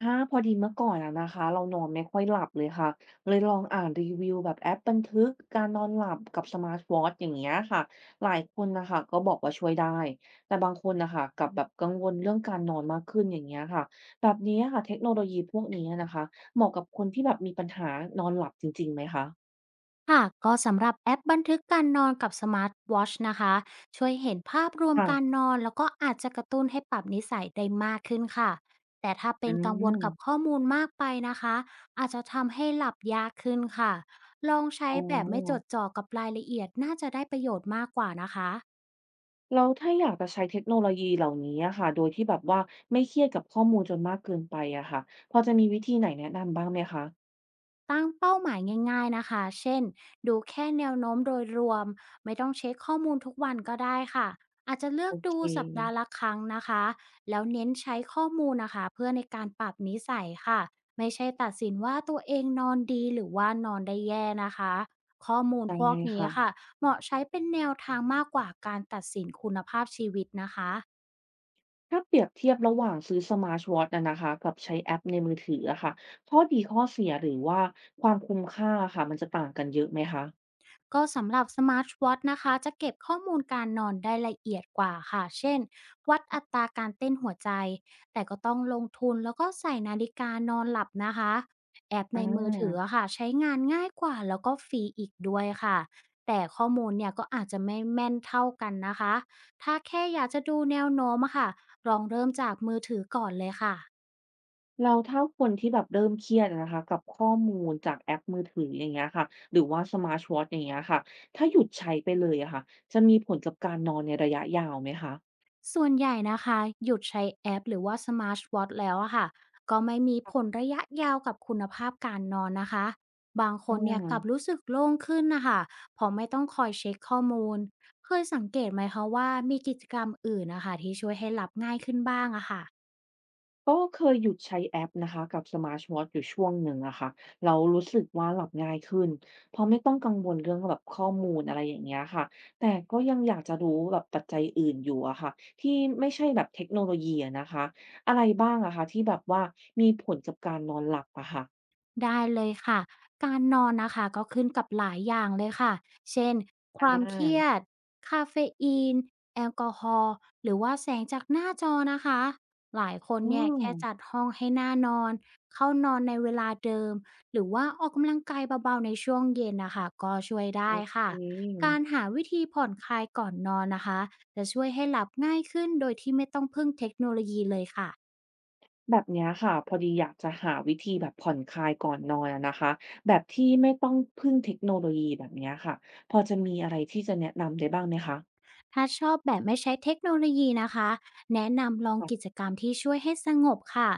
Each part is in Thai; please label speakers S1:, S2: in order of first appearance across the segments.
S1: ถ้าพอดีเมื่อก่อนอะนะคะเรานอนไม่ค่อยหลับเลยค่ะเลยลองอ่านรีวิวแบบแอปบันทึกการนอนหลับกับสมาร์ทวอทช์อย่างเงี้ยค่ะหลายคนนะคะก็บอกว่าช่วยได้แต่บางคนนะคะกลับแบบกังวลเรื่องการนอนมากขึ้นอย่างเงี้ยค่ะแบบนี้ค่ะเทคโนโลยีพวกนี้นะคะเหมาะกับคนที่แบบมีปัญหานอนหลับจริงๆไหมคะ
S2: ค่ะก็สำหรับแอปบันทึกการนอนกับสมาร์ทวอชนะคะช่วยเห็นภาพรวม
S1: ค่ะ
S2: การนอนแล้วก็อาจจะกระตุ้นให้ปรับนิสัยได้มากขึ้นค่ะแต่ถ้าเป็
S1: อื
S2: นกังวลกับ
S1: ม
S2: ข้อมูลมากไปนะคะอาจจะทำให้หลับยากขึ้นค่ะลองใช้
S1: อ๋อ
S2: แบบไม่จดจ่อกับรายละเอียดน่าจะได้ประโยชน์มากกว่านะคะ
S1: แล้วถ้าอยากจะใช้เทคโนโลยีเหล่านี้อะค่ะโดยที่แบบว่าไม่เครียดกับข้อมูลจนมากเกินไปอะค่ะพอจะมีวิธีไหนแนะนำบ้างไหมคะ
S2: ตั้งเป้าหมายง่ายๆนะคะ เช่นดูแค่แนวโน้มโดยรวมไม่ต้องเช็คข้อมูลทุกวันก็ได้ค่ะอาจจะเลือ
S1: โอ
S2: ก
S1: เค
S2: ดูสัปดาห์ละครั้งนะคะแล้วเน้นใช้ข้อมูลนะคะเพื่อในการปรับนิสัยค่ะไม่ใช่ตัดสินว่าตัวเองนอนดีหรือว่านอนได้แย่นะคะข้อมูล
S1: ได้
S2: พวกนี้
S1: ค่ะ
S2: ค่ะเหมาะใช้เป็นแนวทางมากกว่าการตัดสินคุณภาพชีวิตนะคะ
S1: ถ้าเปรียบเทียบระหว่างซื้อ Smartwatch อทช์อะนะคะกับใช้แอปในมือถืออะค่ะข้อดีข้อเสียหรือว่าความคุ้มค่าอะค่ะมันจะต่างกันเยอะไหมคะ
S2: ก็สำหรับสมาร์ทวอทนะคะจะเก็บข้อมูลการนอนได้ละเอียดกว่าค่ะเช่นวัดอัตราการเต้นหัวใจแต่ก็ต้องลงทุนแล้วก็ใส่นาฬิกานอนหลับนะคะแอปใน
S1: อา
S2: มือถืออะค่ะใช้งานง่ายกว่าแล้วก็ฟรีอีกด้วยค่ะแต่ข้อมูลเนี่ยก็อาจจะไม่แม่นเท่ากันนะคะถ้าแค่อยากจะดูแนวโน้มอะค่ะลองเริ่มจากมือถือก่อนเลยค่ะ
S1: แล้วถ้าคนที่แบบเริ่มเครียดอะนะคะกับข้อมูลจากแอปมือถืออย่างเงี้ยค่ะ หรือว่า Smartwatch อทช์อย่างเงี้ยค่ะ ถ้าหยุดใช้ไปเลยอะค่ะจะมีผลกับการนอนในระยะยาวไหมคะ
S2: ส่วนใหญ่นะคะหยุดใช้แอปหรือว่าสมาร์ทวอทช์แล้วอะค่ะก็ไม่มีผลระยะยาวกับคุณภาพการนอนนะคะบางค
S1: อ
S2: นเนี่ยกลับ
S1: า
S2: รู้สึกโล่งขึ้นนะคะเพอไม่ต้องคอยเช็คข้อมูลเคยสังเกตไหมคะว่ามีกิจกรรมอื่นนะคะที่ช่วยให้หลับง่ายขึ้นบ้างอะค่ะ
S1: ก็เคยหยุดใช้แอปนะคะกับ Smartwatch อทช์อยู่ช่วงหนึ่งอะค่ะเรารู้สึกว่าหลับง่ายขึ้นเพราะไม่ต้องกังวลเรื่องแบบข้อมูลอะไรอย่างเงี้ยค่ะแต่ก็ยังอยากจะรู้แบบปัจจัยอื่นอยู่อะค่ะที่ไม่ใช่แบบเทคโนโลยีอะนะคะอะไรบ้างอะคะที่แบบว่ามีผลกับการนอนหลับอะค่ะ
S2: ได้เลยค่ะ การนอนนะคะก็ขึ้นกับหลายอย่างเลยค่ะ เช่นค
S1: อ
S2: วามเครีย
S1: า
S2: ด คาเฟอีน แอลกอฮอล์หรือว่าแสงจากหน้าจอนะคะ หลายคน
S1: ออ
S2: เนี่ยแค่จัดห้องให้หน้านอน เข้านอนในเวลาเดิม หรือว่าออกกำลังกายเบาๆในช่วงเย็นนะคะก็ช่วย
S1: โอ
S2: ได้
S1: เค
S2: ค่ะ การหาวิธีผ่อนคลายก่อนนอนนะคะจะช่วยให้หลับง่ายขึ้นโดยที่ไม่ต้องพึ่งเทคโนโลยีเลยค่ะ
S1: แบบเนี้ยค่ะพอดีอยากจะหาวิธีแบบผ่อนคลายก่อนนอนอะนะคะแบบที่ไม่ต้องพึ่งเทคโนโลยีแบบเนี้ยค่ะพอจะมีอะไรที่จะแนะนำได้บ้างไหมคะ
S2: ถ้าชอบแบบไม่ใช้เทคโนโลยีนะคะ แนะนำลองกิจ
S1: ค่ะ
S2: กรรมที่ช่วยให้สงบค่ะ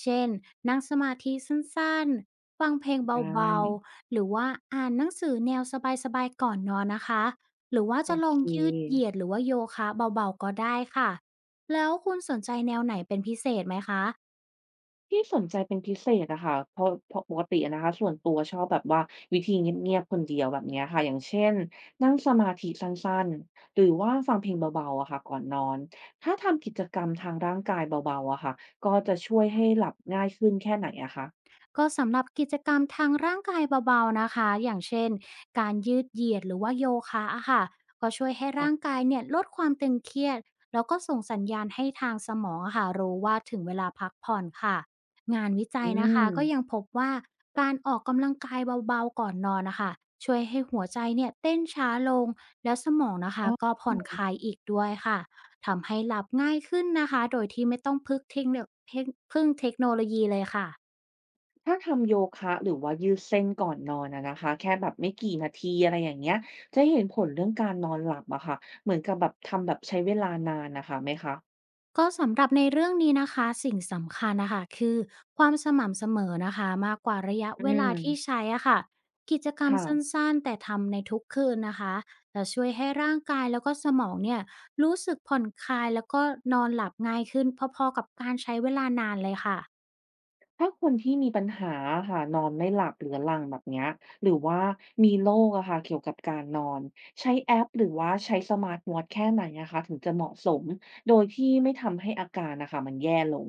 S2: เช่นนั่งสมาธิสั้นๆ ฟังเพลง
S1: ได
S2: เบา
S1: ้
S2: ๆ หรือว่าอ่านหนังสือแนวสบายๆก่อนนอนนะคะ หรือว่า
S1: โอ
S2: จะล
S1: เค
S2: องยืดเหยียดหรือว่าโยคะเบาๆก็ได้ค่ะ แล้วคุณสนใจแนวไหนเป็นพิเศษไหมคะ
S1: ที่สนใจเป็นพิเศษอะค่ะเพราะปกติอะนะคะส่วนตัวชอบแบบว่าวิธีเงียบๆคนเดียวแบบเนี้ยค่ะอย่างเช่นนั่งสมาธิสั้นๆหรือว่าฟังเพลงเบาๆอะค่ะก่อนนอนถ้าทำกิจกรรมทางร่างกายเบาๆอะค่ะก็จะช่วยให้หลับง่ายขึ้นแค่ไหนอะคะ
S2: ก็สำหรับกิจกรรมทางร่างกายเบาๆนะคะอย่างเช่นการยืดเหยียดหรือว่าโยคะอะค่ะก็ช่วยให้ร่าง
S1: ค่ะ
S2: กายเนี่ยลดความตึงเครียดแล้วก็ส่งสัญญาณให้ทางสมองอะค่ะรู้ว่าถึงเวลาพักผ่อนค่ะงานวิจั
S1: อื
S2: ยนะ
S1: ม
S2: คะก็ยังพบว่าการออกกำลังกายเบาๆก่อนนอนนะคะช่วยให้หัวใจเนี่ยเต้นช้าลงแล้วสมองนะ
S1: อ๋
S2: คะ
S1: อ
S2: ก็ผ่อนคลายอีกด้วยค่ะทำให้หลับง่ายขึ้นนะคะโดยที่ไม่ต้องพึ่งเทคโนพึ่งเทคโนโลยีเลยค่ะ
S1: ถ้าทำโยคะหรือว่ายืดเส้นก่อนนอนอะนะคะแค่แบบไม่กี่นาทีอะไรอย่างเงี้ยจะเห็นผลเรื่องการนอนหลับอะค่ะเหมือนกับแบบทำแบบใช้เวลานานน่ะค่ะไหมคะ
S2: ก็สำหรับในเรื่องนี้นะคะสิ่งสำคัญนะคะคือความสม่ำเสมอนะคะมากกว่าระยะ
S1: อื
S2: เวลาที่
S1: ม
S2: ใช้อะค่ะกิจกรรม
S1: ค่ะ
S2: สั้นๆแต่ทำในทุกคืนนะคะจะช่วยให้ร่างกายแล้วก็สมองเนี่ยรู้สึกผ่อนคลายแล้วก็นอนหลับง่ายขึ้นพอๆกับการใช้เวลานานเลยค่ะ
S1: ถ้าคนที่มีปัญหาอะค่ะนอนไม่หลับเรื้อรังแบบเนี้ยหรือว่ามีโรคอะค่ะเกี่ยวกับการนอนใช้แอปหรือว่าใช้สมาร์ตวอตช์แค่ไหนอะคะถึงจะเหมาะสมโดยที่ไม่ทำให้อาการน่ะค่ะมันแย่ลง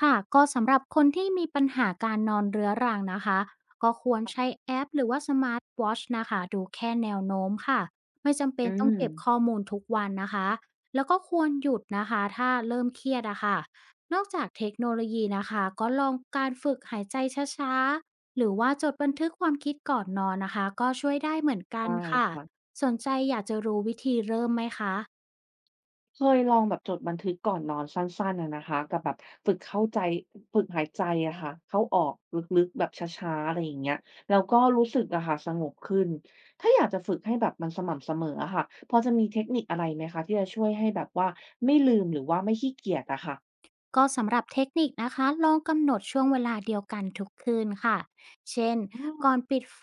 S2: ค่ะก็สำหรับคนที่มีปัญหาการนอนเรื้อรังนะคะก็ควรใช้
S1: ค่ะ
S2: แอปหรือว่าสมาร์ทวอทชนะคะดูแค่แนวโน้มค่ะไม่จำเป็
S1: อื
S2: นต้อง
S1: ม
S2: เก็บข้อมูลทุกวันนะคะแล้วก็ควรหยุดนะคะถ้าเริ่มเครียดอะค่ะนอกจากเทคโนโลยีนะคะก็ลองการฝึกหายใจช้าๆหรือว่าจดบันทึกความคิดก่อนนอนนะคะก็ช่วยได้เหมือนกัน
S1: ได้
S2: ค่ะ
S1: ค่ะ
S2: สนใจอยากจะรู้วิธีเริ่มไหมคะ
S1: เคยลองแบบจดบันทึกก่อนนอนสั้นๆอะนะคะกับแบบฝึกเข้าใจฝึกหายใจอะค่ะเข้าออกลึกๆแบบช้าๆอะไรอย่างเงี้ยแล้วก็รู้สึกอะค่ะสงบขึ้นถ้าอยากจะฝึกให้แบบมันสม่ำเสมออะค่ะพอจะมีเทคนิคอะไรไหมคะที่จะช่วยให้แบบว่าไม่ลืมหรือว่าไม่ขี้เกียจอะค่ะ
S2: ก็สำหรับเทคนิคนะคะลองกำหนดช่วงเวลาเดียวกันทุกคืนค่ะเช่น
S1: อื
S2: ก่อน
S1: ม
S2: ปิดไฟ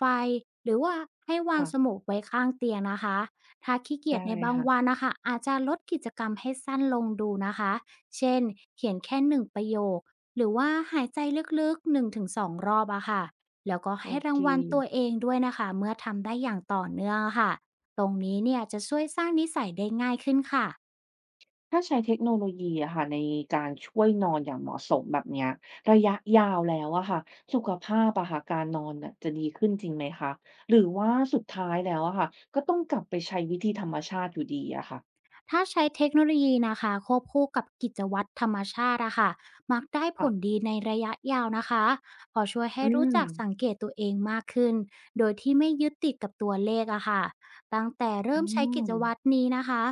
S2: หรือว่าให้วาง
S1: ค่ะ
S2: สมุดไว้ข้างเตียงนะคะถ้าขี้เกี
S1: ได้
S2: ยจในบางวัน
S1: ค่ะ
S2: นะคะอาจจะลดกิจกรรมให้สั้นลงดูนะคะเช่นเขียนแค่หนึ่งประโยคหรือว่าหายใจลึกๆ1-2รอบอะค่ะแล้วก็
S1: โอ
S2: ให้รา
S1: เค
S2: งวัลตัวเองด้วยนะคะเมื่อทำได้อย่างต่อเนื่องอะค่ะตรงนี้เนี่ยจะช่วยสร้างนิสัยได้ง่ายขึ้นค่ะ
S1: ถ้าใช้เทคโนโลยีอะค่ะในการช่วยนอนอย่างเหมาะสมแบบเนี้ยระยะยาวแล้วอะค่ะสุขภาพอะค่ะการนอนน่ะจะดีขึ้นจริงไหมคะหรือว่าสุดท้ายแล้วอะค่ะก็ต้องกลับไปใช้วิธีธรรมชาติอยู่ดีอะค่ะ
S2: ถ้าใช้เทคโนโลยีนะคะควบคู่กับกิจวัตรธรรมชาติอะค่ะมักได้ผล
S1: ค่ะ
S2: ดีในระยะยาวนะคะพอช่วย
S1: อื
S2: ให้รู้จักสั
S1: ม
S2: งเกตตัวเองมากขึ้นโดยที่ไม่ยึดติดกับตัวเลขอะค่ะตั้งแต่
S1: อื
S2: เริ่มใช้
S1: ม
S2: กิจวัตรนี้นะคะ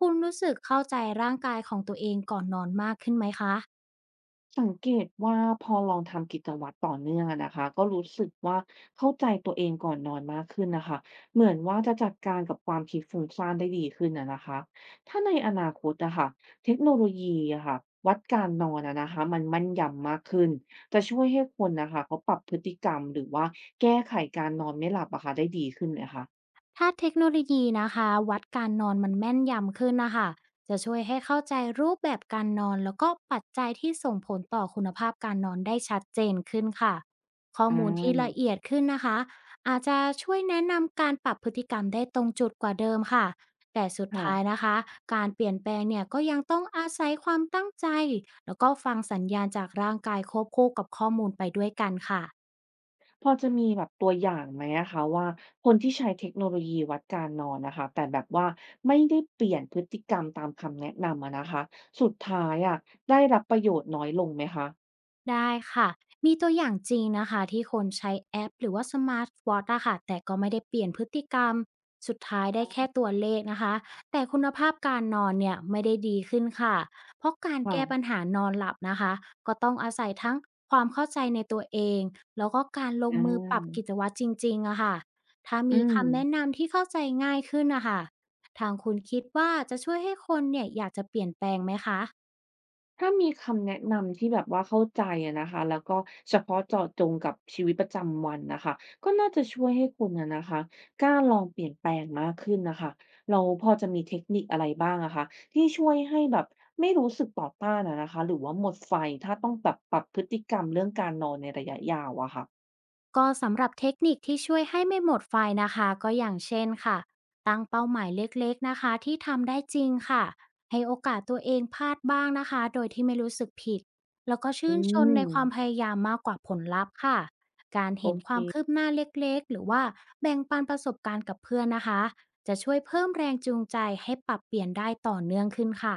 S2: คุณรู้สึกเข้าใจร่างกายของตัวเองก่อนนอนมากขึ้นไหมคะ
S1: สังเกตว่าพอลองทำกิจวัตรต่อเนื่องอะนะคะก็รู้สึกว่าเข้าใจตัวเองก่อนนอนมากขึ้นนะคะเหมือนว่าจะจัดการกับความคิดฟุ้งซ่านได้ดีขึ้นอะนะคะถ้าในอนาคตนะคะเทคโนโลยีอะค่ะวัดการนอนอะนะคะมันมั่นยำมากขึ้นจะช่วยให้คนนะคะเขาปรับพฤติกรรมหรือว่าแก้ไขการนอนไม่หลับอะค่ะได้ดีขึ้นเลยคะ
S2: ถ้าเทคโนโลยีนะคะวัดการนอนมันแม่นยำขึ้นนะคะจะช่วยให้เข้าใจรูปแบบการนอนแล้วก็ปัจจัยที่ส่งผลต่อคุณภาพการนอนได้ชัดเจนขึ้นค่ะข้อ
S1: อ
S2: มูลที่ละ
S1: า
S2: เอียดขึ้นนะคะอาจจะช่วยแนะนำการปรับพฤติกรรมได้ตรงจุดกว่าเดิมค่ะแต่สุดท้าย
S1: ค่ะ
S2: นะคะการเปลี่ยนแปลงเนี่ยก็ยังต้องอาศัยความตั้งใจแล้วก็ฟังสัญญาณจากร่างกายควบคู่กับข้อมูลไปด้วยกันค่ะ
S1: พอจะมีแบบตัวอย่างไหมอะคะว่าคนที่ใช้เทคโนโลยีวัดการนอนนะคะแต่แบบว่าไม่ได้เปลี่ยนพฤติกรรมตามคำแนะนำอะนะคะสุดท้ายอะได้รับประโยชน์น้อยลงไหมคะ
S2: ได้ค่ะ มีตัวอย่างจริงนะคะที่คนใช้แอปหรือว่าสมาร์ทวอทช์อะค่ะแต่ก็ไม่ได้เปลี่ยนพฤติกรรมสุดท้ายได้แค่ตัวเลขนะคะแต่คุณภาพการนอนเนี่ยไม่ได้ดีขึ้นค่ะเพราะการแก้ปัญ
S1: ค่ะ
S2: หานอนหลับนะคะก็ต้องอาศัยทั้งความเข้าใจในตัวเองแล้วก็การลง
S1: อ
S2: มือปรับกิ
S1: า
S2: จวัตรจริงๆอะค่ะถ้า
S1: อื
S2: มี
S1: ม
S2: คำแนะนำที่เข้าใจง่ายขึ้นนะคะทางคุณคิดว่าจะช่วยให้คนเนี่ยอยากจะเปลี่ยนแปลงไหมคะ
S1: ถ้ามีคำแนะนำที่แบบว่าเข้าใจอะนะคะแล้วก็เฉพาะเจาะจงกับชีวิตประจำวันนะคะก็น่าจะช่วยให้คุณอะนะคะกล้าลองเปลี่ยนแปลงมากขึ้นนะคะเราพอจะมีเทคนิคอะไรบ้างอะคะที่ช่วยให้แบบไม่รู้สึกต่อต้านอะนะคะหรือว่าหมดไฟถ้าต้องแบบปรับพฤติกรรมเรื่องการนอนในระยะยาวอะค่ะ
S2: ก็สำหรับเทคนิคที่ช่วยให้ไม่หมดไฟนะคะก็อย่างเช่นค่ะตั้งเป้าหมายเล็กๆนะคะที่ทำได้จริงค่ะให้โอกาสตัวเองพลาดบ้างนะคะโดยที่ไม่รู้สึกผิดแล้วก็
S1: อื
S2: ชื่นชมใน
S1: ม
S2: ความพยายามมากกว่าผลลัพธ์ค่ะการ
S1: โอ
S2: เห็นความคื
S1: เค
S2: บหน้าเล็กๆหรือว่าแบ่งปันประสบการณ์กับเพื่อนนะคะจะช่วยเพิ่มแรงจูงใจให้ปรับเปลี่ยนได้ต่อเนื่องขึ้นค่ะ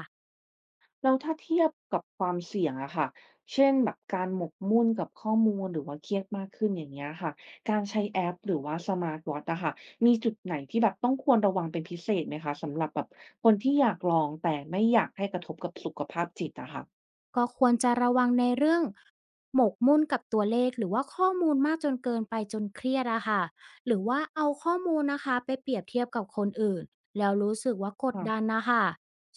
S1: แล้วถ้าเทียบกับความเสี่ยงอะค่ะเช่นแบบการหมกมุ่นกับข้อมูลหรือว่าเครียดมากขึ้นอย่างเงี้ยค่ะการใช้แอปหรือว่าสมาร์ทวอตอะค่ะมีจุดไหนที่แบบต้องควรระวังเป็นพิเศษไหมคะสำหรับแบบคนที่อยากลองแต่ไม่อยากให้กระทบกับสุขภาพจิตอะค่ะ
S2: ก็ควรจะระวังในเรื่องหมกมุ่นกับตัวเลขหรือว่าข้อมูลมากจนเกินไปจนเครียดอะค่ะหรือว่าเอาข้อมูลนะคะไปเปรียบเทียบกับคนอื่นแล้วรู้สึกว่ากดดัน
S1: ค่ะ
S2: นะคะ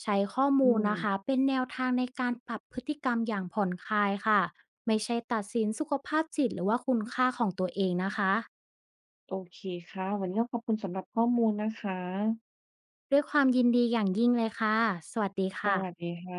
S2: ใช้ข้อ
S1: อื
S2: มูล
S1: ม
S2: นะคะเป็นแนวทางในการปรับพฤติกรรมอย่างผ่อนคลายค่ะไม่ใช่ตัดสินสุขภาพจิตหรือว่าคุณค่าของตัวเองนะคะ
S1: โอเคค่ะ วันนี้ก็ขอบคุณสำหรับข้อมูลนะคะ
S2: ด้วยความยินดีอย่างยิ่งเลยค่ะสวัสดี
S1: ส
S2: ค่ะ
S1: วัสดีค่ะ